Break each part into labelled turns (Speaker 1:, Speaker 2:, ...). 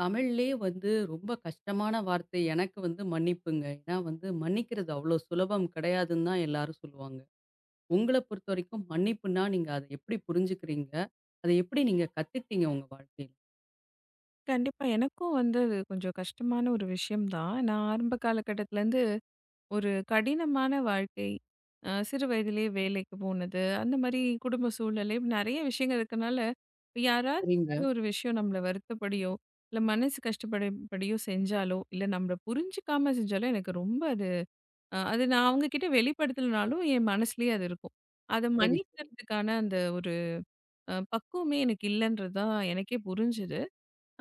Speaker 1: தமிழ்லயே வந்து ரொம்ப கஷ்டமான வார்த்தை எனக்கு வந்து மன்னிப்புங்க. ஏன்னா வந்து மன்னிக்கிறது அவ்வளோ சுலபம் கிடையாதுன்னு தான் எல்லாரும் சொல்லுவாங்க. உங்கள பொறுத்த வரைக்கும் மன்னிப்புன்னா நீங்க அத எப்படி புரிஞ்சுக்கிறீங்க? அத எப்படி நீங்க கத்துக்கிட்டீங்க உங்க வாழ்க்கையில?
Speaker 2: கண்டிப்பா. எனக்கும் வந்து அது கொஞ்சம் கஷ்டமான ஒரு விஷயம் தான். நான் ஆரம்ப காலகட்டத்திலேருந்து ஒரு கடினமான வாழ்க்கை, சிறு வயதிலேயே வேலைக்கு போனது, அந்த மாரி குடும்ப சூழ்நிலை நெறைய விஷயங்கள் இருக்கனால, இப்ப யாராவது
Speaker 1: சரிங்க.
Speaker 2: ஏதாவது ஒரு விஷயம் நம்மள வருத்தப்படியோ, இல்ல மனசு கஷ்டப்படும்படியோ செஞ்சாலோ, இல்ல நம்மள புரிஞ்சுக்காம செஞ்சாலோ எனக்கு ரொம்ப அது. அது நான் அவங்க கிட்ட வெளிப்படுத்தலனாலும் என் மனசுலயே அது இருக்கும். அத
Speaker 1: சரி, சரி.
Speaker 2: மன்னிக்கிறதுக்கான அந்த ஒரு பக்குவமே எனக்கு இல்லன்றது தான் எனக்கே புரிஞ்சது.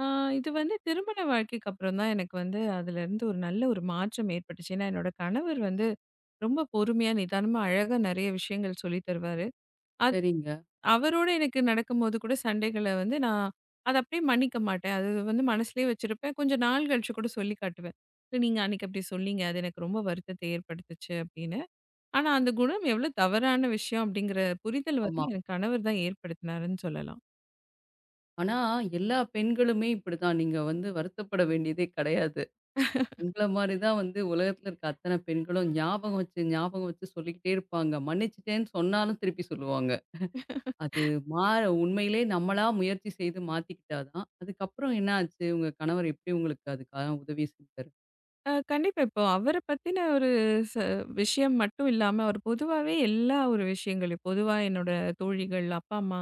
Speaker 2: ஆ, இது வந்து திருமண வாழ்க்கைக்கு அப்புறம் தான் எனக்கு வந்து அதுலேருந்து ஒரு நல்ல ஒரு மாற்றம் ஏற்பட்டுச்சு. ஏன்னா, என்னோட கணவர் வந்து ரொம்ப பொறுமையா, நிதானமா, அழகா நிறைய விஷயங்கள் சொல்லி தருவாரு. அது
Speaker 1: சரிங்க.
Speaker 2: அவரோட எனக்கு நடக்கும்போது கூட சண்டைகள வந்து நான் அத அப்படியே மன்னிக்க மாட்டேன். அது வந்து மனசுலயே வச்சிருப்பேன். கொஞ்சம் நாள் கழிச்சு கூட சொல்லி காட்டுவேன். "இல்ல, நீங்க அன்னைக்கு அப்படி சொன்னீங்க. அது எனக்கு ரொம்ப வருத்தத்தை ஏற்படுத்துச்சு" அப்படின்னு. ஆனா அந்த குணம் எவ்வளோ தவறான விஷயம் அப்படிங்கிற புரிதல் வந்து
Speaker 1: ஆமா.
Speaker 2: என் கணவர் தான் ஏற்படுத்தினாருன்னு சொல்லலாம்.
Speaker 1: ஆனா எல்லா பெண்களுமே இப்படிதான். நீங்க வந்து வருத்தப்பட வேண்டியதே கிடையாது. உங்கள மாரி தான் வந்து உலகத்துல இருக்க அத்தன பெண்களும் ஞாபகம் வச்சு, ஞாபகம் வச்சு சொல்லிக்கிட்டே இருப்பாங்க. மன்னிச்சுட்டேன்னு சொன்னாலும் திருப்பி சொல்லுவாங்க. அது மாற உண்மையிலே நம்மளா முயற்சி செய்து மாத்திக்கிட்டா தான். அதுக்கப்புறம் என்ன ஆச்சு? உங்க கணவர் எப்படி உங்களுக்கு அதுக்கான உதவி செஞ்சாரு?
Speaker 2: கண்டிப்பா. இப்போ அவர பத்தின ஒரு ச விஷயம் மட்டும் இல்லாம, அவர் பொதுவாவே எல்லா ஒரு விஷயங்களையும் பொதுவா என்னோட தோழிகள், அப்பா, அம்மா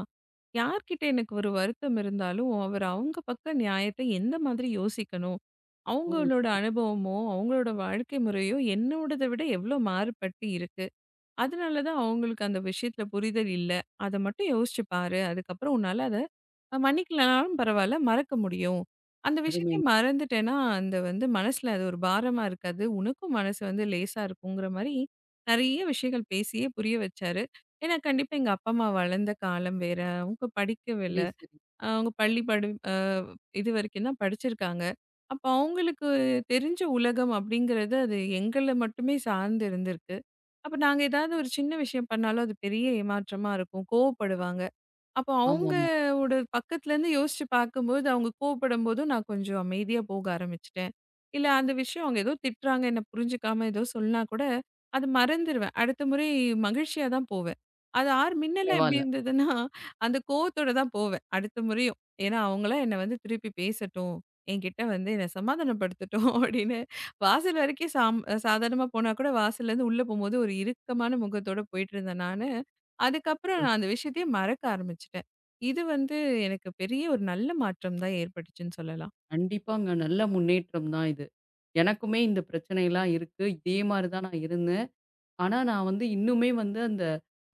Speaker 2: யார்கிட்ட எனக்கு ஒரு வருத்தம் இருந்தாலும், அவர் அவங்க பக்க நியாயத்த எந்த மாதிரி யோசிக்கணும்?
Speaker 1: ஓ!
Speaker 2: அவங்களோட அனுபவமோ, அவங்களோட வாழ்க்கை முறையோ என்னோடத விட எவ்ளோ மாறுபட்டு இருக்கு? அதனால தான் அவங்களுக்கு அந்த விஷயத்துல புரிதல் இல்ல. அத மட்டும் யோசிச்சு பாரு. அதுக்கப்புறம் உன்னால அத மன்னிக்கலனாலும் பரவால்ல, மறக்க முடியும். அந்த விஷயத்தையே
Speaker 1: அருமைங்க.
Speaker 2: மறந்துட்டேன்னா, அந்த வந்து மனசுல அது ஒரு பாரமா இருக்காது. உனக்கும் மனசு வந்து லேசா இருக்குங்கிற மாரி நெறைய விஷயங்கள் பேசியே புரிய வச்சாரு. ஏன்னா கண்டிப்பா எங்க அப்பா, அம்மா வளர்ந்த காலம் வேற. அவங்க படிக்கவில்ல.
Speaker 1: சரி, சரி.
Speaker 2: அவங்க பள்ளி படி இதுவரைக்கும் தான் படிச்சிருக்காங்க. அப்ப அவங்களுக்கு தெரிஞ்ச உலகம் அப்படிங்கிறது அது எங்கள மட்டுமே சார்ந்து இருந்திருக்கு. அப்ப நாங்க ஏதாவது ஒரு சின்ன விஷயம் பண்ணாலும் அது பெரிய ஏமாற்றமா இருக்கும். கோவப்படுவாங்க. அப்போ
Speaker 1: ஆமாமா.
Speaker 2: அவங்களோட பக்கத்துலேருந்து யோசிச்சு பார்க்கும்போது, அவங்க கோவப்படும்போதும் நான் கொஞ்சம் அமைதியா போக ஆரம்பிச்சுட்டேன். இல்ல அந்த விஷயம் அவங்க ஏதோ திட்டுறாங்க, என்ன புரிஞ்சுக்காம ஏதோ சொன்னா கூட, அது மறந்துருவேன். அடுத்த முறை மகிழ்ச்சியா தான் போவேன். அது ஆர் முன்னெல்லாம் எப்படி
Speaker 1: பரவால்ல.
Speaker 2: இருந்ததுன்னா, அந்த கோவத்தோட தான் போவேன் அடுத்த முறையும். ஏன்னா அவங்களா என்ன வந்து திருப்பி பேசட்டும், என்கிட்ட வந்து என்ன சமாதானப்படுத்தட்டும் அப்படின்னு வாசல் வரைக்கும் சாதாரணமா போனா கூட வாசல்லேருந்து உள்ள போகும்போது ஒரு இறுக்கமான முகத்தோட போயிட்டு இருந்தேன் நானு. அதுக்கப்புறம்
Speaker 1: ம்.
Speaker 2: நான் அந்த விஷயத்தையே மறக்க ஆரம்பிச்சுட்டேன். இது வந்து எனக்கு பெரிய ஒரு நல்ல மாற்றம் தான் ஏற்பட்டுச்சுன்னு சொல்லலாம்.
Speaker 1: கண்டிப்பாங்க. நல்ல முன்னேற்றம் தான் இது. எனக்குமே இந்த பிரச்சனைலாம் இருக்கு. இதே மாரி தான் நான் இருந்தேன். ஆனா, நான் வந்து இன்னுமே வந்து அந்த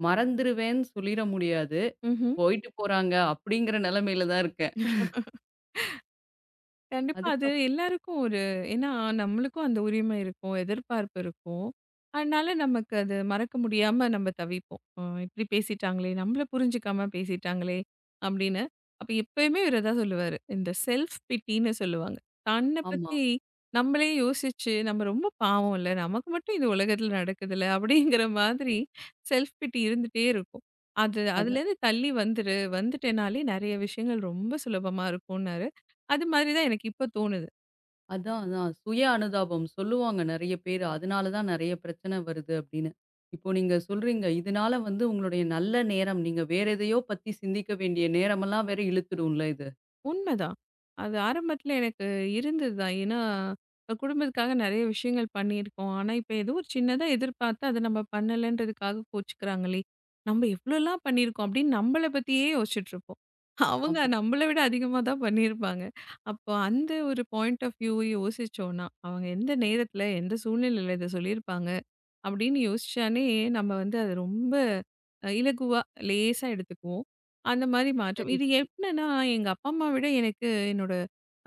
Speaker 1: மறந்துருவேன்னு சொல்லிற முடியாது.
Speaker 2: ம்ஹ்ம்.
Speaker 1: போயிட்டு போறாங்க அப்படிங்கிற நெலைமையில தான் இருக்கேன்.
Speaker 2: கண்டிப்பா. அது
Speaker 1: அதுக்கப்
Speaker 2: எல்லாருக்கும் ஒரு. ஏன்னா நம்மளுக்கும் அந்த உரிமை இருக்கும், எதிர்பார்ப்பு இருக்கும். அதனால நமக்கு அது மறக்க முடியாம நம்ம தவிப்போம். இப்படி பேசிட்டாங்களே, நம்மள புரிஞ்சுக்காம பேசிட்டாங்களே அப்படின்னு. அப்ப எப்பயுமே இவரு தான் சொல்லுவாரு. இந்த செல்ஃப் பிட்டின்னு சொல்லுவாங்க. தன்னை
Speaker 1: ஆமா.
Speaker 2: பத்தி நம்மளே யோசிச்சு, நம்ம ரொம்ப பாவம் இல்ல, நமக்கு மட்டும் இந்த உலகத்துல நடக்குதுல்ல அப்படிங்கிற மாதிரி செல்ஃப் பிட்டி இருந்துட்டே இருக்கும். அது
Speaker 1: அது
Speaker 2: அதுலேருந்து தள்ளி வந்துரு, வந்துட்டேனாலே நெறைய விஷயங்கள் ரொம்ப சுலபமா இருக்கும்னாரு. அது மாதிரி தான் எனக்கு இப்ப தோணுது.
Speaker 1: அதான், அதான். சுய அனுதாபம் சொல்லுவாங்க நெறைய பேரு. அதனால தான் நெறைய பிரச்சனை வருது அப்படின்னு. இப்போ நீங்க சொல்றீங்க, இதனால வந்து உங்களுடைய நல்ல நேரம், நீங்க வேற எதையோ பத்தி சிந்திக்க வேண்டிய நேரமெல்லாம் வேற இழுத்துடும்ல இது?
Speaker 2: உண்மதான். அது ஆரம்பத்துல எனக்கு இருந்தது தான். ஏன்னா, இப்ப குடும்பத்துக்காக நெறைய விஷயங்கள் பண்ணியிருக்கோம். ஆனா, இப்ப ஏதோ ஒரு சின்னதா எதிர்பார்த்து அத நம்ம பண்ணலன்றதுக்காக கோச்சுக்கிறாங்களே! நம்ம எவ்ளோலாம் பண்ணியிருக்கோம் அப்படின்னு நம்மள பத்தியே யோசிச்சுட்ருப்போம். அவங்க
Speaker 1: ஆமா.
Speaker 2: நம்மள விட அதிகமா தான் பண்ணியிருப்பாங்க. அப்போ அந்த ஒரு பாயிண்ட் ஆஃப் வியூ யோசிச்சோன்னா, அவங்க எந்த நேரத்துல, எந்த சூழ்நிலையில இத சொல்லியிருப்பாங்க? அப்படின்னு யோசிச்சானே நம்ம வந்து அது ரொம்ப இலகுவா, லேசா எடுத்துக்குவோம். அந்த மாதிரி மாற்றம்
Speaker 1: சரி,
Speaker 2: இது
Speaker 1: சரி.
Speaker 2: எப்படின்னா எங்க அப்பா அம்மா விட எனக்கு என்னோட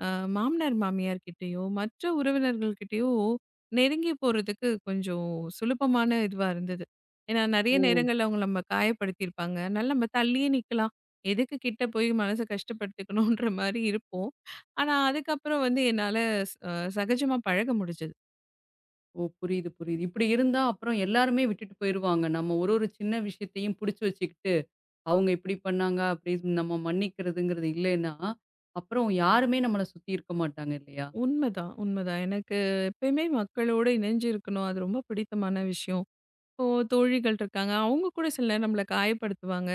Speaker 2: மாமனார் மாமியார் கிட்டேயோ மற்ற உறவினர்கள் கிட்டேயோ நெருங்கி போறதுக்கு கொஞ்சம் சுலபமான இதுவா இருந்தது. ஏன்னா நிறைய
Speaker 1: ஓ!
Speaker 2: நேரங்கள்ல அவங்க நம்ம காயப்படுத்தியிருப்பாங்க, அதனால நம்ம தள்ளியே நிக்கலாம். எதுக்கு கிட்ட போய் மனசை கஷ்டப்படுத்திக்கணுன்ற மாதிரி இருப்போம். ஆனா அதுக்கப்புறம் வந்து என்னால சகஜமா பழக முடிஞ்சது.
Speaker 1: ஓ! புரியுது, புரியுது. இப்படி இருந்தா அப்புறம் எல்லாருமே விட்டுட்டு போயிருவாங்க. நம்ம ஒரு ஒரு சின்ன விஷயத்தையும் புடிச்சு வச்சுக்கிட்டு, அவங்க இப்படி பண்ணாங்க, அப்படி நம்ம மன்னிக்கிறதுங்கிறது இல்லைன்னா, அப்புறம் யாருமே நம்மள சுத்தி இருக்க மாட்டாங்க இல்லையா?
Speaker 2: உண்மதான், உண்மதான். எனக்கு எப்பயுமே மக்களோட இணைஞ்சு இருக்கணும். அது ரொம்ப பிடித்தமான விஷயம். இப்போ தோழிகள் இருக்காங்க. அவங்க கூட சில நேரம் நம்மள காயப்படுத்துவாங்க.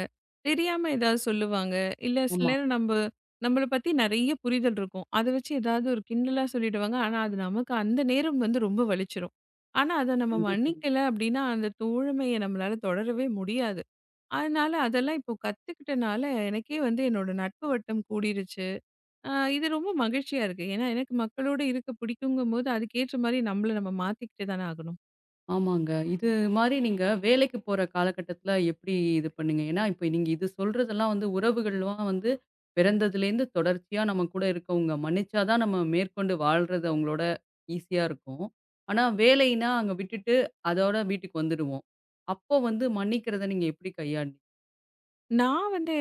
Speaker 2: தெரியாம ஏதாவது சொல்லுவாங்க. இல்ல சில
Speaker 1: ஆமா.
Speaker 2: நேரம் நம்ப நம்மள பத்தி நெறைய புரிதல் இருக்கும். அத வச்சு ஏதாவது ஒரு கிண்டலா சொல்லிடுவாங்க. ஆனா, அது நமக்கு அந்த நேரம் வந்து ரொம்ப வலிச்சிரும். ஆனா, அத நம்ம
Speaker 1: கண்டிப்பா.
Speaker 2: மன்னிக்கல அப்டின்னா, அந்த தோழமைய நம்மளால தொடரவே முடியாது. அதனால அதெல்லாம் இப்போ கத்துக்கிட்டனால எனக்கே வந்து என்னோட நட்பு வட்டம் கூடிருச்சு. இது ரொம்ப மகிழ்ச்சியா இருக்கு. ஏன்னா, எனக்கு மக்களோட இருக்க பிடிக்குங்கும்போது, அதுக்கேற்ற மாரி நம்மள நம்ம மாத்திக்கிட்டு தானே ஆகணும்.
Speaker 1: ஆமாங்க. இது மாரி நீங்க வேலைக்கு போற காலகட்டத்தில எப்படி இது பண்ணீங்க? ஏன்னா, இப்ப நீங்க இது சொல்றதெல்லாம் வந்து உறவுகள்லாம் வந்து பிறந்ததுலேருந்து தொடர்ச்சியா நம்ம கூட இருக்கவங்க மன்னிச்சா தான் நம்ம மேற்கொண்டு வாழ்றது அவங்களோட ஈஸியா இருக்கும். ஆனா, வேலைன்னா அங்க விட்டுட்டு அதோட வீட்டுக்கு வந்துடுவோம். அப்போ வந்து மன்னிக்கிறத நீங்க எப்படி கையாண்டீங்க?
Speaker 2: நான் வந்து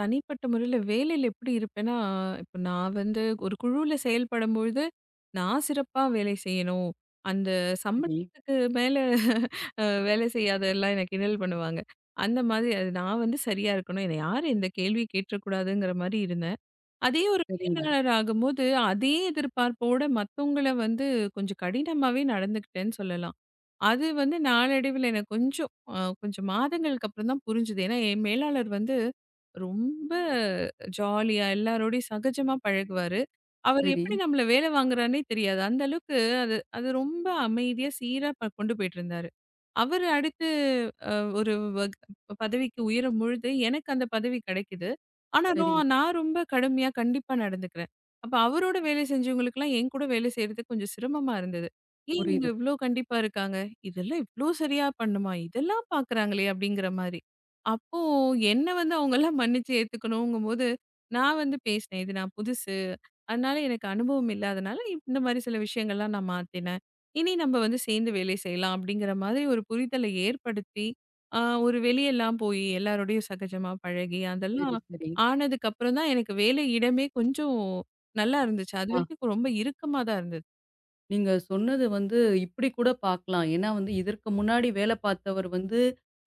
Speaker 2: தனிப்பட்ட முறையில வேலையில எப்படி இருப்பேன்னா, இப்ப நான் வந்து ஒரு குழுவுல செயல்படும்பொழுது, நான் சிறப்பா வேலை செய்யணும். அந்த
Speaker 1: சரி,
Speaker 2: சம்பளத்துக்கு மேல வேலை செய்யாதெல்லாம் என்ன கிண்டல் பண்ணுவாங்க. அந்த மாதிரி அது நான் வந்து சரியா இருக்கணும். என்ன யாரும் இந்த கேள்வி கேட்டுறக்கூடாதுங்கிற மாரி இருந்தேன். அதே ஒரு
Speaker 1: சரிங்க.
Speaker 2: மேலாளர் ஆகும்போது, அதே எதிர்பார்ப்போட மத்தவங்கள வந்து கொஞ்சம் கடினமாவே நடந்துக்கிட்டேன்னு சொல்லலாம். அது வந்து நாளடைவில எனக்கு கொஞ்சம் கொஞ்சம் மாதங்களுக்கு அப்புறம் தான் புரிஞ்சுது. ஏன்னா, என் மேலாளர் வந்து ரொம்ப ஜாலியா எல்லாரோடையும் சகஜமா பழகுவாரு. அவர்
Speaker 1: சரி,
Speaker 2: எப்படி நம்மள வேலை வாங்குறார்ன்னே தெரியாது. அந்த அளவுக்கு அது அது ரொம்ப அமைதியா சீரா கொண்டு போயிட்டுருந்தாரு. அவரு அடுத்து அ ஒரு பதவிக்கு உயரும் பொழுது எனக்கு அந்த பதவி கிடைக்குது. ஆனா
Speaker 1: சரிங்க.
Speaker 2: நான் ரொம்ப கடுமையா கண்டிப்பா நடந்துக்கிறேன். அப்ப அவரோட வேலை செஞ்சவங்களுக்கெல்லாம் என் கூட வேலை செய்றதுக்கு கொஞ்சம் சிரமமா இருந்தது. ஏன் இவங்க
Speaker 1: புரியுது.
Speaker 2: இவ்ளோ கண்டிப்பா இருக்காங்க? இதெல்லாம் இவ்ளோ சரியா பண்ணுமா? இதெல்லாம் பார்க்குறாங்களே! அப்டிங்கிற மாரி. அப்போ என்ன வந்து அவங்கலாம் மன்னிச்சு ஏத்துக்கணுங்கும்போது, நான் வந்து பேசினேன். இது நான் புதுசு. அதனால எனக்கு அனுபவம் இல்லாதனால, இந்த மாரி சில விஷயங்கள்லாம் நான் மாத்தினேன். இனி நம்ம வந்து சேர்ந்து வேலை செய்யலாம் அப்டிங்கிற மாதிரி ஒரு புரிதல ஏற்படுத்தி, அ ஒரு வெளியெல்லாம் போய் எல்லாரோடையும் சகஜமா பழகி, அதெல்லாம்
Speaker 1: சரி, சரி.
Speaker 2: ஆனதுக்கப்புறம் தான் எனக்கு வேலை இடமே கொஞ்சம் நல்லா இருந்துச்சு.
Speaker 1: ஆ.
Speaker 2: அதுவரைக்கும் ரொம்ப இறுக்கமா தான் இருந்தது.
Speaker 1: நீங்க சொன்னது வந்து இப்படி கூட பார்க்கலாம். ஏன்னா வந்து இதற்கு முன்னாடி வேலை பார்த்தவர் வந்து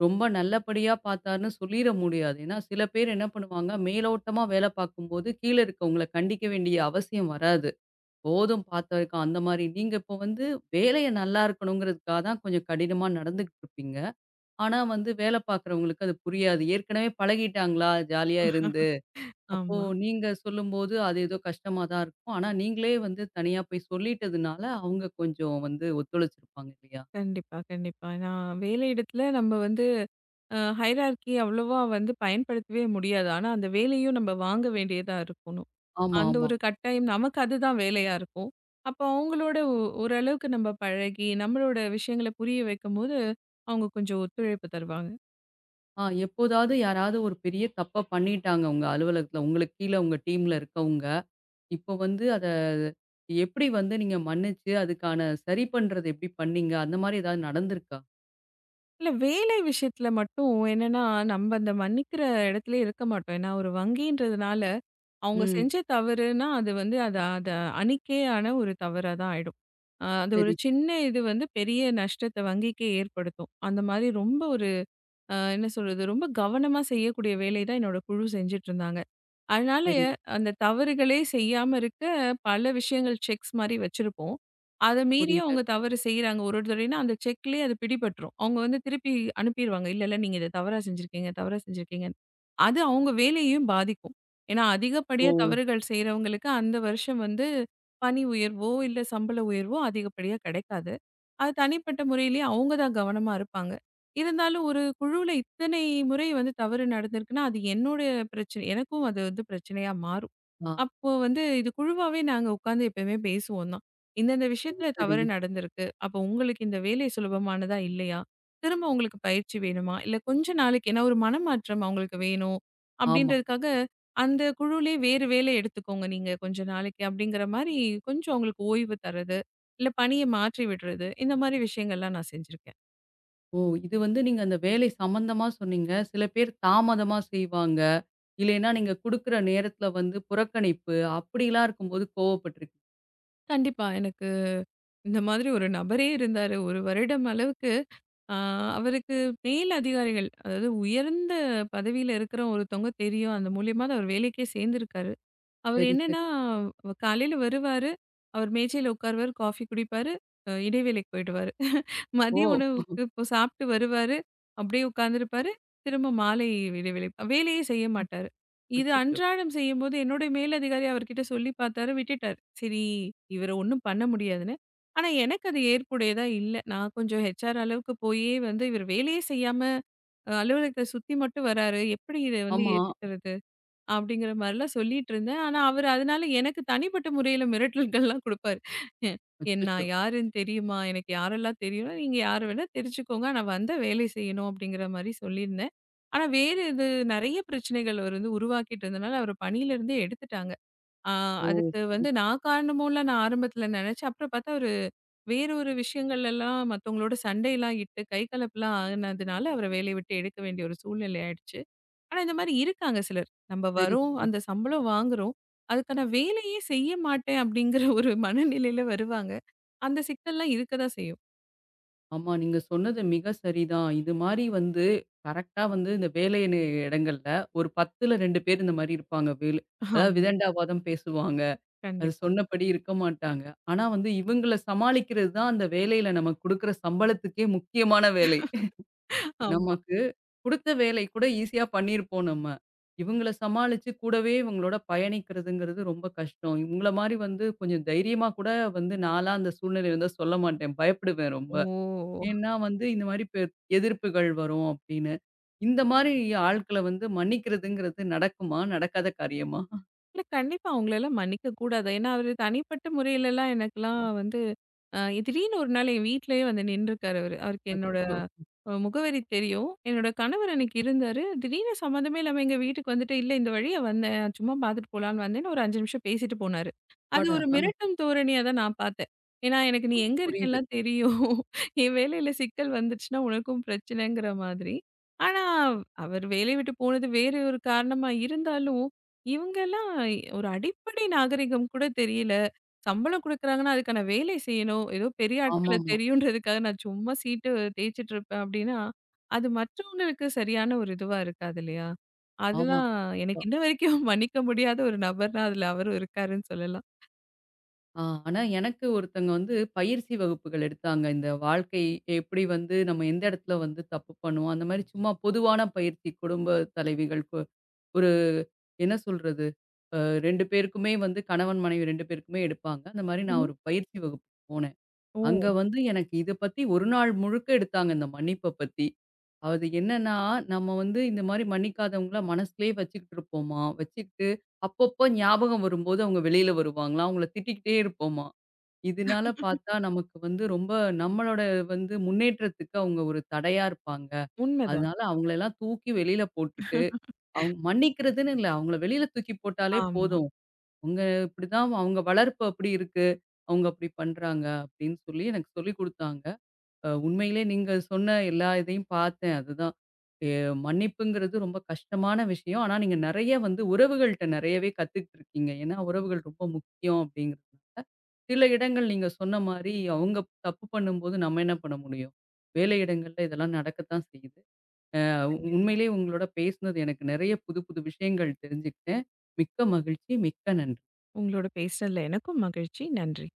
Speaker 1: ரொம்ப நல்லபடியா பார்த்தார்ன்னு சொல்லிற முடியாது. ஏன்னா சில பேர் என்ன பண்ணுவாங்க, மேலோட்டமா வேலை பார்க்கும்போது கீழ இருக்கவங்கள கண்டிக்க வேண்டிய அவசியம் வராது. போதும் பார்த்தவரைக்கும் அந்த மாரி. நீங்க இப்போ வந்து வேலைய நல்லா இருக்கணுங்கிறதுக்காக தான் கொஞ்சம் கடினமா நடந்துகிட்டு இருப்பீங்க. ஆனா வந்து வேலை பார்க்குறவங்களுக்கு அது புரியாது. ஏற்கனவே பழகிட்டாங்களா ஜாலியா இருந்து. அப்போ
Speaker 2: ஆமா.
Speaker 1: நீங்க சொல்லும்போது, அது ஏதோ கஷ்டமா தான் இருக்கும். ஆனா, நீங்களே வந்து தனியா போய் சொல்லிட்டதுனால, அவங்க கொஞ்சம் வந்து ஒத்துழைச்சிருப்பாங்க இல்லையா?
Speaker 2: கண்டிப்பா, கண்டிப்பா. நான் வேலையிடத்துல நம்ம வந்து ஹைரார்கி அவ்வளவா வந்து பயன்படுத்தவே முடியாது. ஆனா, அந்த வேலையும் நம்ம வாங்க வேண்டியதா இருக்கணும்.
Speaker 1: ஆமா,
Speaker 2: அந்த
Speaker 1: ஆமா.
Speaker 2: ஒரு கட்டாயம் நமக்கு அதுதான் வேலையா இருக்கும். அப்போ அவங்களோட ஓரளவுக்கு நம்ம பழகி, நம்மளோட விஷயங்கள புரிய வைக்கும்போது, அவங்க கொஞ்சம் ஒத்துழைப்பு தருவாங்க.
Speaker 1: ஆ எப்போதாவது யாராவது ஒரு பெரிய தப்ப பண்ணிட்டாங்க உங்க அலுவலகத்துல. உங்களுக்கு கீழ உங்க டீம்ல இருக்கவங்க. இப்போ வந்து அத எப்படி வந்து நீங்க மன்னிச்சு, அதுக்கான சரி பண்றது எப்படி பண்ணீங்க? அந்த மாரி ஏதாவது நடந்திருக்கா?
Speaker 2: இல்ல வேலை விஷயத்துல மட்டும் என்னன்னா, நம்ப அந்த மன்னிக்கிற இடத்துலயே இருக்க மாட்டோம். ஏன்னா, ஒரு வங்கின்றதுனால, அவங்க
Speaker 1: ம்.
Speaker 2: செஞ்ச தவறுன்னா, அது வந்து அது அது அணிக்கையான ஒரு தவறா தான் ஆயிடும். அது ஒரு
Speaker 1: சரி, சரி,
Speaker 2: சின்ன இது வந்து பெரிய நஷ்டத்த வங்கிக்கே ஏற்படுத்தும். அந்த மாரி ரொம்ப ஒரு என்ன சொல்றது? ரொம்ப கவனமா செய்யக்கூடிய வேலை தான் என்னோட குழு செஞ்சுட்டு இருந்தாங்க. அதனால
Speaker 1: சரி.
Speaker 2: அந்த தவறுகளே செய்யாம இருக்க பல விஷயங்கள் செக்ஸ் மாரி வச்சிருப்போம். அத மீறியும்
Speaker 1: புரியுது.
Speaker 2: அவங்க தவறு செய்றாங்க. ஒரு ஒரு தடவைனா அந்த செக்லயே அது பிடிபட்டுரும். அவங்க வந்து திருப்பி அனுப்பிருவாங்க. இல்ல, இல்ல நீங்க இத தவறா செஞ்சிருக்கீங்க, தவறா செஞ்சிருக்கீங்கன்னு. அது அவங்க வேலையையும் பாதிக்கும். ஏன்னா
Speaker 1: ஓ!
Speaker 2: அதிகப்படியா தவறுகள் செய்றவங்களுக்கு அந்த வருஷம் வந்து பணி உயர்வோ, இல்ல சம்பள உயர்வோ அதிகப்படியா கிடைக்காது. அது தனிப்பட்ட முறையிலயே அவங்க தான் கவனமா இருப்பாங்க. இருந்தாலும் ஒரு குழுவுல இத்தனை முறை வந்து தவறு நடந்திருக்குன்னா, அது என்னோட பிரச்சனை. எனக்கும் அது வந்து பிரச்சனையா மாறும்.
Speaker 1: ஆ.
Speaker 2: அப்போ வந்து இது குழுவாவே நாங்க உட்கார்ந்து எப்பயுமே பேசுவோம் தான். இந்தந்த
Speaker 1: சரி,
Speaker 2: விஷயத்துல
Speaker 1: சரி.
Speaker 2: தவறு நடந்திருக்கு. அப்போ உங்களுக்கு இந்த வேலை சுலபமானதா இல்லையா? திரும்ப உங்களுக்கு பயிற்சி வேணுமா? இல்ல கொஞ்ச நாளைக்கு ஏன்னா ஒரு மனமாற்றம் அவங்களுக்கு வேணும்
Speaker 1: ஆமா.
Speaker 2: அப்படின்றதுக்காக, அந்த குழுவிலே வேறு வேலை எடுத்துக்கோங்க நீங்க கொஞ்ச நாளைக்கு அப்படிங்கிற மாரி கொஞ்சம் அவங்களுக்கு ஓய்வு தர்றது, இல்ல பணிய மாற்றி விடுறது, இந்த மாரி விஷயங்கள்லாம் நான் செஞ்சிருக்கேன்.
Speaker 1: ஓ! இது வந்து நீங்க அந்த வேலை சம்மந்தமா சொன்னீங்க. சில பேர் தாமதமா செய்வாங்க. இல்லைன்னா நீங்க குடுக்குற நேரத்துல வந்து புறக்கணிப்பு, அப்படிலாம் இருக்கும்போது கோவப்பட்டுருக்கீங்க.
Speaker 2: கண்டிப்பா எனக்கு இந்த மாதிரி ஒரு நபரே இருந்தாரு. 1 வருடம் அளவுக்கு அ அவருக்கு மேல் அதிகாரிகள், அதாவது உயர்ந்த பதவியில இருக்கிற ஒருத்தவங்க தெரியும். அந்த மூலியமா தான் அவர் வேலைக்கே சேர்ந்திருக்காரு. அவரு
Speaker 1: சரி,
Speaker 2: என்னன்னா,
Speaker 1: சரி.
Speaker 2: காலையில வருவாரு. அவர் மேஜையில உட்காருவாரு, காஃபி குடிப்பாரு, இடைவேளைக்கு போயிடுவாரு.
Speaker 1: ஓ!
Speaker 2: மதிய உணவுக்கு இப்போ சாப்பிட்டு வருவாரு. அப்படியே உட்கார்ந்திருப்பாரு. திரும்ப மாலை இடைவேளை. வேலையே செய்ய மாட்டாரு. இது
Speaker 1: அச்சச்சோ!
Speaker 2: அன்றாடம் செய்யும்போது என்னோட மேலதிகாரி அவர்கிட்ட சொல்லி பார்த்தாரு, விட்டுட்டாரு. சரி, இவர ஒண்ணும் பண்ண முடியாதுன்னு. ஆனா, எனக்கு அது ஏற்புடையதா இல்ல. நான் கொஞ்சம் ஹெச்ஆர் அளவுக்கு போயே வந்து இவர் வேலையே செய்யாம, அலுவலகத்த சுத்தி மட்டும் வராரு. எப்படி இத வந்து
Speaker 1: ஆமா.
Speaker 2: ஏத்துக்கிறது? அப்படிங்கிற மாரிலாம் சொல்லிட்டு இருந்தேன். ஆனா, அவரு அதனால எனக்கு தனிப்பட்ட முறையில மிரட்டல்கள்லாம் குடுப்பாரு. என் நான்
Speaker 1: அச்சச்சோ!
Speaker 2: யாருன்னு தெரியுமா? எனக்கு யாரெல்லாம் தெரியும்னா, நீங்க யார வேணா தெரிஞ்சுக்கோங்க. ஆனா, வந்தா வேலை செய்யணும் அப்படிங்கிற மாரி சொல்லியிருந்தேன். ஆனா, வேறு இது நெறைய பிரச்சனைகள் அவர் வந்து உருவாக்கிட்டு இருந்தனால, அவர பணியிலருந்தே எடுத்துட்டாங்க. ஆ
Speaker 1: ஓ!
Speaker 2: அதுக்கு
Speaker 1: சரி,
Speaker 2: வந்து நான் காரணமோலாம் நான் ஆரம்பத்தில நெனச்சேன். அப்புறம் பார்த்தா அவரு வேற ஒரு விஷயங்கள்லலாம் மத்தவங்களோட சண்டைலாம் இட்டு, கை கலப்புலாம் ஆனதுனால அவர வேலைய விட்டு எடுக்க வேண்டிய ஒரு சூழ்நிலை ஆயிடுச்சு. ஆனா, இந்த மாரி இருக்காங்க சிலர். நம்ம
Speaker 1: சரி,
Speaker 2: வரோம்,
Speaker 1: சரி.
Speaker 2: அந்த சம்பளம் வாங்குறோம். அதுக்கான வேலையே செய்ய மாட்டேன் அப்படிங்கிற ஒரு மனநிலையில வருவாங்க. அந்த சிக்கல்லாம் இருக்க தான் செய்யும்.
Speaker 1: ஆமா, நீங்க சொன்னது மிக சரிதான். இது மாரி வந்து கரெக்ட்டா வந்து இந்த வேலை இடங்கள்ல ஒரு 10ல 2 பேர் இந்த மாரி இருப்பாங்க. அதாவது
Speaker 2: ஆமா.
Speaker 1: விதண்டாவாதம் பேசுவாங்க. அது
Speaker 2: கண்டிப்பா.
Speaker 1: சொன்னபடி இருக்க மாட்டாங்க. ஆனா வந்து இவங்கள சமாளிக்கிறது தான் அந்த வேலையில நமக்கு குடுக்குற சம்பளத்துக்கே முக்கியமான வேலை.
Speaker 2: ஆமா.
Speaker 1: நமக்கு குடுத்த வேலை கூட ஈஸியா பண்ணியிருப்போம் நம்ம. இவங்கள சமாளிச்சு கூடவே இவங்களோட பயணிக்கிறதுங்கிறது ரொம்ப கஷ்டம். இவங்கள மாரி வந்து கொஞ்சம் தைரியமா கூட வந்து நான்லாம் அந்த சூழ்நிலை இருந்தா சொல்ல மாட்டேன். பயப்படுவேன் ரொம்ப.
Speaker 2: ஓ!
Speaker 1: ஏன்னா வந்து இந்த மாரி எதிர்ப்புகள் வரும் அப்படின்னு. இந்த மாரி ஆட்கள வந்து மன்னிக்கிறதுங்கிறது நடக்குமா? நடக்காத காரியமா?
Speaker 2: இல்ல கண்டிப்பா அவங்களெல்லாம் மன்னிக்க கூடாது. ஏன்னா, அவரு தனிப்பட்ட முறையிலலாம் எனக்கெல்லாம் வந்து அ திடீர்னு ஒரு நாள் என் வீட்லயே வந்து நின்றுருக்காரு அவரு. அவருக்கு என்னோட
Speaker 1: அச்சச்சோ!
Speaker 2: முகவரி தெரியும். என்னோட கணவர் அன்னைக்கு இருந்தாரு. திடீர்னு சம்மந்தமே இல்லாம எங்க வீட்டுக்கு வந்துட்டு, "இல்ல இந்த வழியா வந்தேன். சும்மா பார்த்துட்டு போலான்னு வந்தேன்னு" ஒரு 5 நிமிஷம் பேசிட்டு போனாரு. அது
Speaker 1: அப்பாடா!
Speaker 2: ஒரு
Speaker 1: ஆ
Speaker 2: மிரட்டும் தோரணியா தான் நான் பார்த்தேன். ஏன்னா, எனக்கு "நீ எங்க
Speaker 1: புரியுது.
Speaker 2: இருக்கேன்லாம் தெரியும். என் வேலையில சிக்கல் வந்துச்சுன்னா உனக்கும் பிரச்சனைங்கிற மாதிரி." ஆனா, அவர் வேலைய விட்டு போனது வேறு ஒரு காரணமா இருந்தாலும் இவங்கலாம் ஒரு அடிப்படை நாகரிகம் கூட தெரியல. சம்பளம் குடுக்குறாங்கன்னா, அதுக்கான வேலை செய்யணும். ஏதோ பெரிய ஆட்கள
Speaker 1: ஆமாமா.
Speaker 2: தெரியுன்றதுக்காக நான் சும்மா சீட்டு தேய்ச்சுட்டு இருப்பேன் அப்டின்னா, அது மற்றவங்களுக்கு சரியான ஒரு இதுவா இருக்காது இல்லையா?
Speaker 1: ஆமா.
Speaker 2: அதெல்லாம்
Speaker 1: கண்டிப்பா.
Speaker 2: எனக்கு இன்ன வரைக்கும் மன்னிக்க முடியாத ஒரு நபர்னா அதுல அவரும் இருக்காருன்னு சொல்லலாம்.
Speaker 1: ஆ ஆனா எனக்கு ஒருத்தங்க வந்து பயிற்சி வகுப்புகள் எடுத்தாங்க. இந்த வாழ்க்கை எப்படி வந்து நம்ம எந்த இடத்துல வந்து தப்பு பண்ணுவோம், அந்த மாரி சும்மா பொதுவான பயிற்சி குடும்ப தலைவிகள் ஒரு என்ன சொல்றது? அ 2 பேருக்குமே வந்து கணவன், மனைவி 2 பேருக்குமே எடுப்பாங்க. அந்த மாரி நான்
Speaker 2: ம்ஹ்ம்.
Speaker 1: ஒரு பயிற்சி வகுப்பு போனேன்.
Speaker 2: ஓ!
Speaker 1: அங்க வந்து எனக்கு இத பத்தி ஒரு நாள் முழுக்க எடுத்தாங்க இந்த மன்னிப்ப பத்தி. அது என்னன்னா, நம்ம வந்து இந்த மாரி மன்னிக்காதவங்கள மனசுலயே வச்சுக்கிட்டு இருப்போமா, வச்சுக்கிட்டு அப்பப்போ ஞாபகம் வரும்போது அவங்க வெளியில வருவாங்களாம். அவங்கள திட்டிக்கிட்டே இருப்போமா. இதனால பார்த்தா நமக்கு வந்து ரொம்ப நம்மளோட வந்து முன்னேற்றத்துக்கு அவங்க ஒரு தடையா இருப்பாங்க.
Speaker 2: உண்மதான்.
Speaker 1: அதனால அவங்களெல்லாம் தூக்கி வெளியில போட்டுட்டு, அவங்க மன்னிக்கிறதுன்னு இல்ல. அவங்கள வெளியில தூக்கி போட்டாலே
Speaker 2: ஆமா.
Speaker 1: போதும். அவங்க இப்படிதான் அவங்க வளர்ப்பு அப்படி இருக்கு. அவங்க அப்படி பண்றாங்க அப்படின்னு சொல்லி எனக்கு சொல்லிக் குடுத்தாங்க. உண்மையிலே நீங்க சொன்ன எல்லா இதையும் பார்த்தேன். அதுதான். எ மன்னிப்புங்கிறது ரொம்ப கஷ்டமான விஷயம். ஆனா, நீங்க நெறைய வந்து உறவுகள்ட்ட நெறையவே கத்துக்கிட்டு இருக்கீங்க. ஏன்னா, உறவுகள் ரொம்ப முக்கியம் அப்படிங்கிறதுனால. சில இடங்கள் நீங்க சொன்ன மாரி, அவங்க தப்பு பண்ணும்போது நம்ம என்ன பண்ண முடியும்? வேலை இடங்கள்ல இதெல்லாம் நடக்கத்தான் செய்யுது. அ
Speaker 2: கண்டிப்பா.
Speaker 1: உண்மையிலேயே உங்களோட பேசினது எனக்கு நெறைய புது புது விஷயங்கள் தெரிஞ்சுக்கிட்டேன். மிக்க மகிழ்ச்சி. மிக்க நன்றி.
Speaker 2: உங்களோட பேசுனதுல எனக்கும் மகிழ்ச்சி. நன்றி.